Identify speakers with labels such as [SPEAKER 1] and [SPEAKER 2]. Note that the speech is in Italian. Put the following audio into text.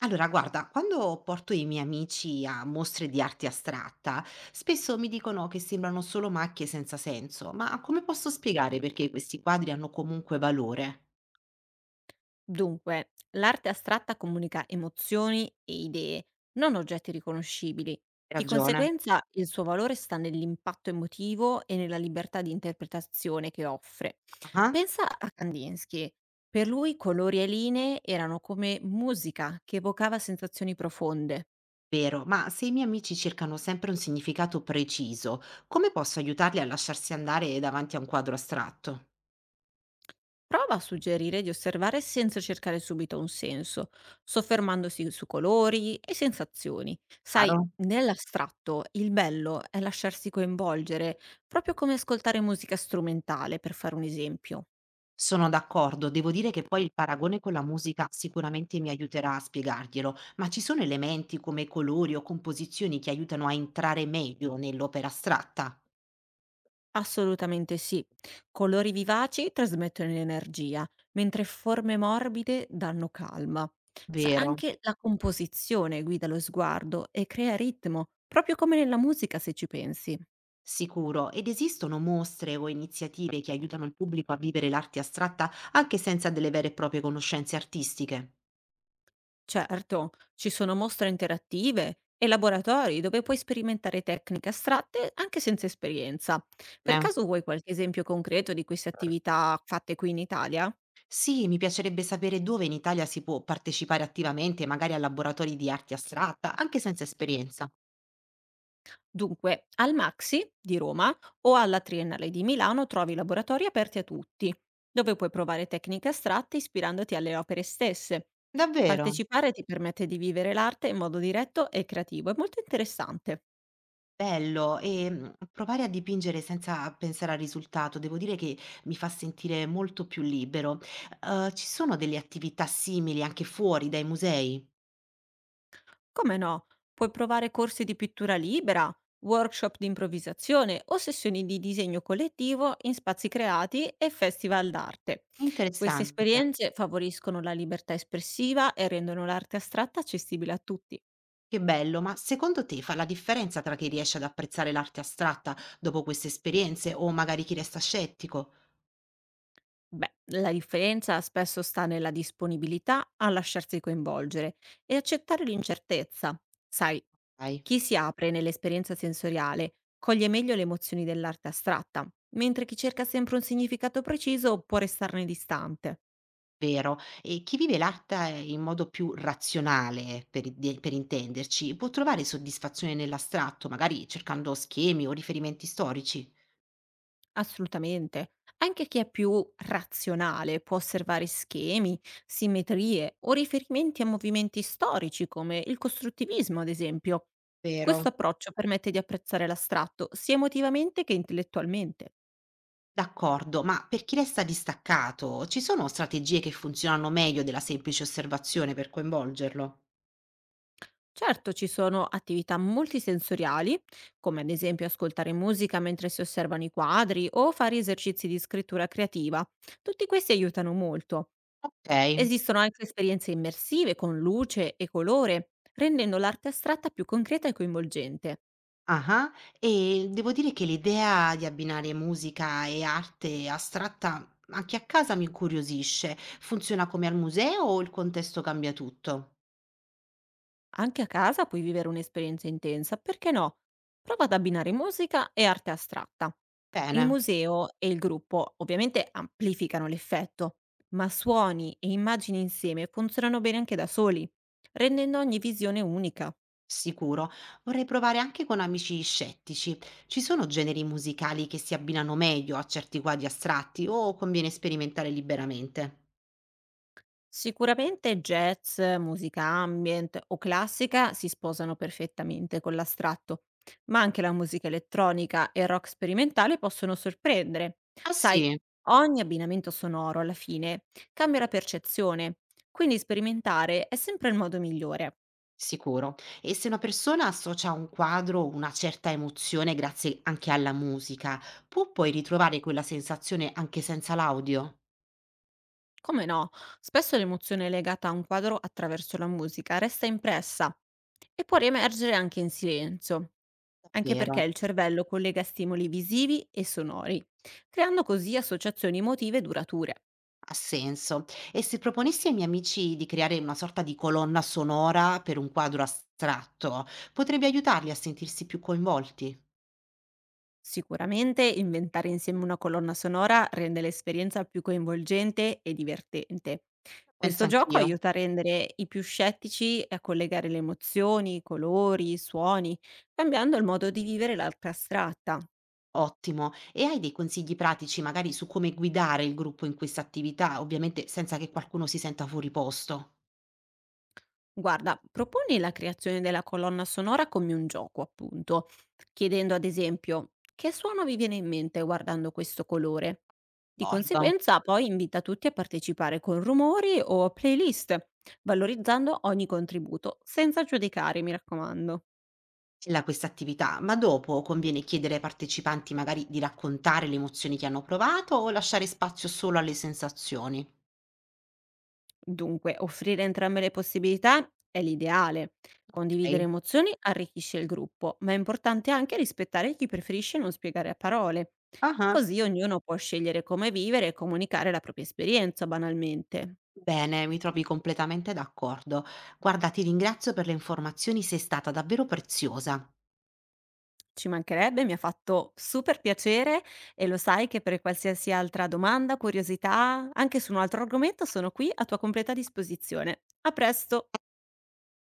[SPEAKER 1] Allora, guarda, quando porto i miei amici a mostre di arte astratta, spesso mi dicono che sembrano solo macchie senza senso, ma come posso spiegare perché questi quadri hanno comunque valore?
[SPEAKER 2] Dunque, l'arte astratta comunica emozioni e idee, non oggetti riconoscibili.
[SPEAKER 1] Hai
[SPEAKER 2] Di
[SPEAKER 1] ragione.
[SPEAKER 2] conseguenza, il suo valore sta nell'impatto emotivo e nella libertà di interpretazione che offre.
[SPEAKER 1] Ah,
[SPEAKER 2] Pensa a Kandinsky. Per lui colori e linee erano come musica che evocava sensazioni profonde.
[SPEAKER 1] vero, ma se i miei amici cercano sempre un significato preciso, come posso aiutarli a lasciarsi andare davanti a un quadro astratto?
[SPEAKER 2] Prova a suggerire di osservare senza cercare subito un senso, soffermandosi su colori e sensazioni. Sai,
[SPEAKER 1] Chiaro?
[SPEAKER 2] nell'astratto il bello è lasciarsi coinvolgere, proprio come ascoltare musica strumentale, per fare un esempio.
[SPEAKER 1] Sono d'accordo, devo dire che poi il paragone con la musica sicuramente mi aiuterà a spiegarglielo, ma ci sono elementi come colori o composizioni che aiutano a entrare meglio nell'opera astratta?
[SPEAKER 2] Assolutamente sì. Colori vivaci trasmettono energia, mentre forme morbide danno calma.
[SPEAKER 1] Vero,
[SPEAKER 2] Anche la composizione guida lo sguardo e crea ritmo, proprio come nella musica se ci pensi.
[SPEAKER 1] sicuro. Ed esistono mostre o iniziative che aiutano il pubblico a vivere l'arte astratta anche senza delle vere e proprie conoscenze artistiche?
[SPEAKER 2] Certo, ci sono mostre interattive e laboratori dove puoi sperimentare tecniche astratte anche senza esperienza. Per
[SPEAKER 1] Eh,
[SPEAKER 2] caso vuoi qualche esempio concreto di queste attività fatte qui in Italia?
[SPEAKER 1] Sì, mi piacerebbe sapere dove in Italia si può partecipare attivamente, magari a laboratori di arte astratta, anche senza esperienza.
[SPEAKER 2] Dunque, al Maxi di Roma o alla Triennale di Milano trovi laboratori aperti a tutti, dove puoi provare tecniche astratte ispirandoti alle opere stesse.
[SPEAKER 1] Davvero?
[SPEAKER 2] Partecipare ti permette di vivere l'arte in modo diretto e creativo, è molto interessante.
[SPEAKER 1] Bello, provare a dipingere senza pensare al risultato, devo dire che mi fa sentire molto più libero. Ci sono delle attività simili anche fuori dai musei?
[SPEAKER 2] Come no? Puoi provare corsi di pittura libera, workshop di improvvisazione o sessioni di disegno collettivo in spazi creati e festival d'arte. Queste
[SPEAKER 1] Interessante,
[SPEAKER 2] esperienze favoriscono la libertà espressiva e rendono l'arte astratta accessibile a tutti.
[SPEAKER 1] che bello, ma secondo te fa la differenza tra chi riesce ad apprezzare l'arte astratta dopo queste esperienze o magari chi resta scettico?
[SPEAKER 2] Beh, la differenza spesso sta nella disponibilità a lasciarsi coinvolgere e accettare l'incertezza. Sai,
[SPEAKER 1] Dai,
[SPEAKER 2] chi si apre nell'esperienza sensoriale coglie meglio le emozioni dell'arte astratta, mentre chi cerca sempre un significato preciso può restarne distante.
[SPEAKER 1] vero. E chi vive l'arte in modo più razionale, per intenderci, può trovare soddisfazione nell'astratto, magari cercando schemi o riferimenti storici?
[SPEAKER 2] Assolutamente. Anche chi è più razionale può osservare schemi, simmetrie o riferimenti a movimenti storici come il costruttivismo, ad esempio.
[SPEAKER 1] Vero,
[SPEAKER 2] Questo approccio permette di apprezzare l'astratto sia emotivamente che intellettualmente.
[SPEAKER 1] d'accordo, ma per chi resta distaccato, ci sono strategie che funzionano meglio della semplice osservazione per coinvolgerlo?
[SPEAKER 2] Certo, ci sono attività multisensoriali, come ad esempio ascoltare musica mentre si osservano i quadri o fare esercizi di scrittura creativa. Tutti questi aiutano molto.
[SPEAKER 1] Okay.
[SPEAKER 2] Esistono anche esperienze immersive con luce e colore, rendendo l'arte astratta più concreta e coinvolgente.
[SPEAKER 1] Ah-ah. E devo dire che l'idea di abbinare musica e arte astratta anche a casa mi incuriosisce. Funziona come al museo o il contesto cambia tutto?
[SPEAKER 2] Anche a casa puoi vivere un'esperienza intensa, perché no? Prova ad abbinare musica e arte astratta. Il
[SPEAKER 1] Bene,
[SPEAKER 2] museo e il gruppo ovviamente amplificano l'effetto, ma suoni e immagini insieme funzionano bene anche da soli, rendendo ogni visione unica.
[SPEAKER 1] sicuro. Vorrei provare anche con amici scettici. Ci sono generi musicali che si abbinano meglio a certi quadri astratti o conviene sperimentare liberamente?
[SPEAKER 2] Sicuramente jazz, musica ambient o classica si sposano perfettamente con l'astratto, ma anche la musica elettronica e il rock sperimentale possono sorprendere.
[SPEAKER 1] Ah
[SPEAKER 2] Sai,
[SPEAKER 1] sì,
[SPEAKER 2] ogni abbinamento sonoro alla fine cambia la percezione, quindi sperimentare è sempre il modo migliore.
[SPEAKER 1] sicuro. E se una persona associa a un quadro o una certa emozione grazie anche alla musica, può poi ritrovare quella sensazione anche senza l'audio?
[SPEAKER 2] Come no? Spesso l'emozione legata a un quadro attraverso la musica resta impressa e può riemergere anche in silenzio, anche perché
[SPEAKER 1] Davvero,
[SPEAKER 2] il cervello collega stimoli visivi e sonori, creando così associazioni emotive durature.
[SPEAKER 1] ha senso. E se proponessi ai miei amici di creare una sorta di colonna sonora per un quadro astratto, potrebbe aiutarli a sentirsi più coinvolti?
[SPEAKER 2] Sicuramente inventare insieme una colonna sonora rende l'esperienza più coinvolgente e divertente.
[SPEAKER 1] Penso
[SPEAKER 2] Questo gioco
[SPEAKER 1] anch'io.
[SPEAKER 2] aiuta a rendere i più scettici e a collegare le emozioni, i colori, i suoni, cambiando il modo di vivere l'arte astratta.
[SPEAKER 1] Ottimo. E hai dei consigli pratici magari su come guidare il gruppo in questa attività, ovviamente senza che qualcuno si senta fuori posto?
[SPEAKER 2] Guarda, proponi la creazione della colonna sonora come un gioco, appunto, chiedendo ad esempio che suono vi viene in mente guardando questo colore. Di
[SPEAKER 1] D'accordo.
[SPEAKER 2] conseguenza, poi invita tutti a partecipare con rumori o playlist, valorizzando ogni contributo, senza giudicare, mi raccomando.
[SPEAKER 1] La questa attività, ma dopo conviene chiedere ai partecipanti magari di raccontare le emozioni che hanno provato o lasciare spazio solo alle sensazioni?
[SPEAKER 2] Dunque, offrire entrambe le possibilità è l'ideale. Condividere
[SPEAKER 1] Okay.
[SPEAKER 2] emozioni arricchisce il gruppo, ma è importante anche rispettare chi preferisce non spiegare a parole.
[SPEAKER 1] Ah-ah.
[SPEAKER 2] Così ognuno può scegliere come vivere e comunicare la propria esperienza banalmente.
[SPEAKER 1] Bene, mi trovi completamente d'accordo. Guarda, ti ringrazio per le informazioni, sei stata davvero preziosa.
[SPEAKER 2] Ci mancherebbe, mi ha fatto super piacere e lo sai che per qualsiasi altra domanda, curiosità, anche su un altro argomento sono qui a tua completa disposizione. A presto!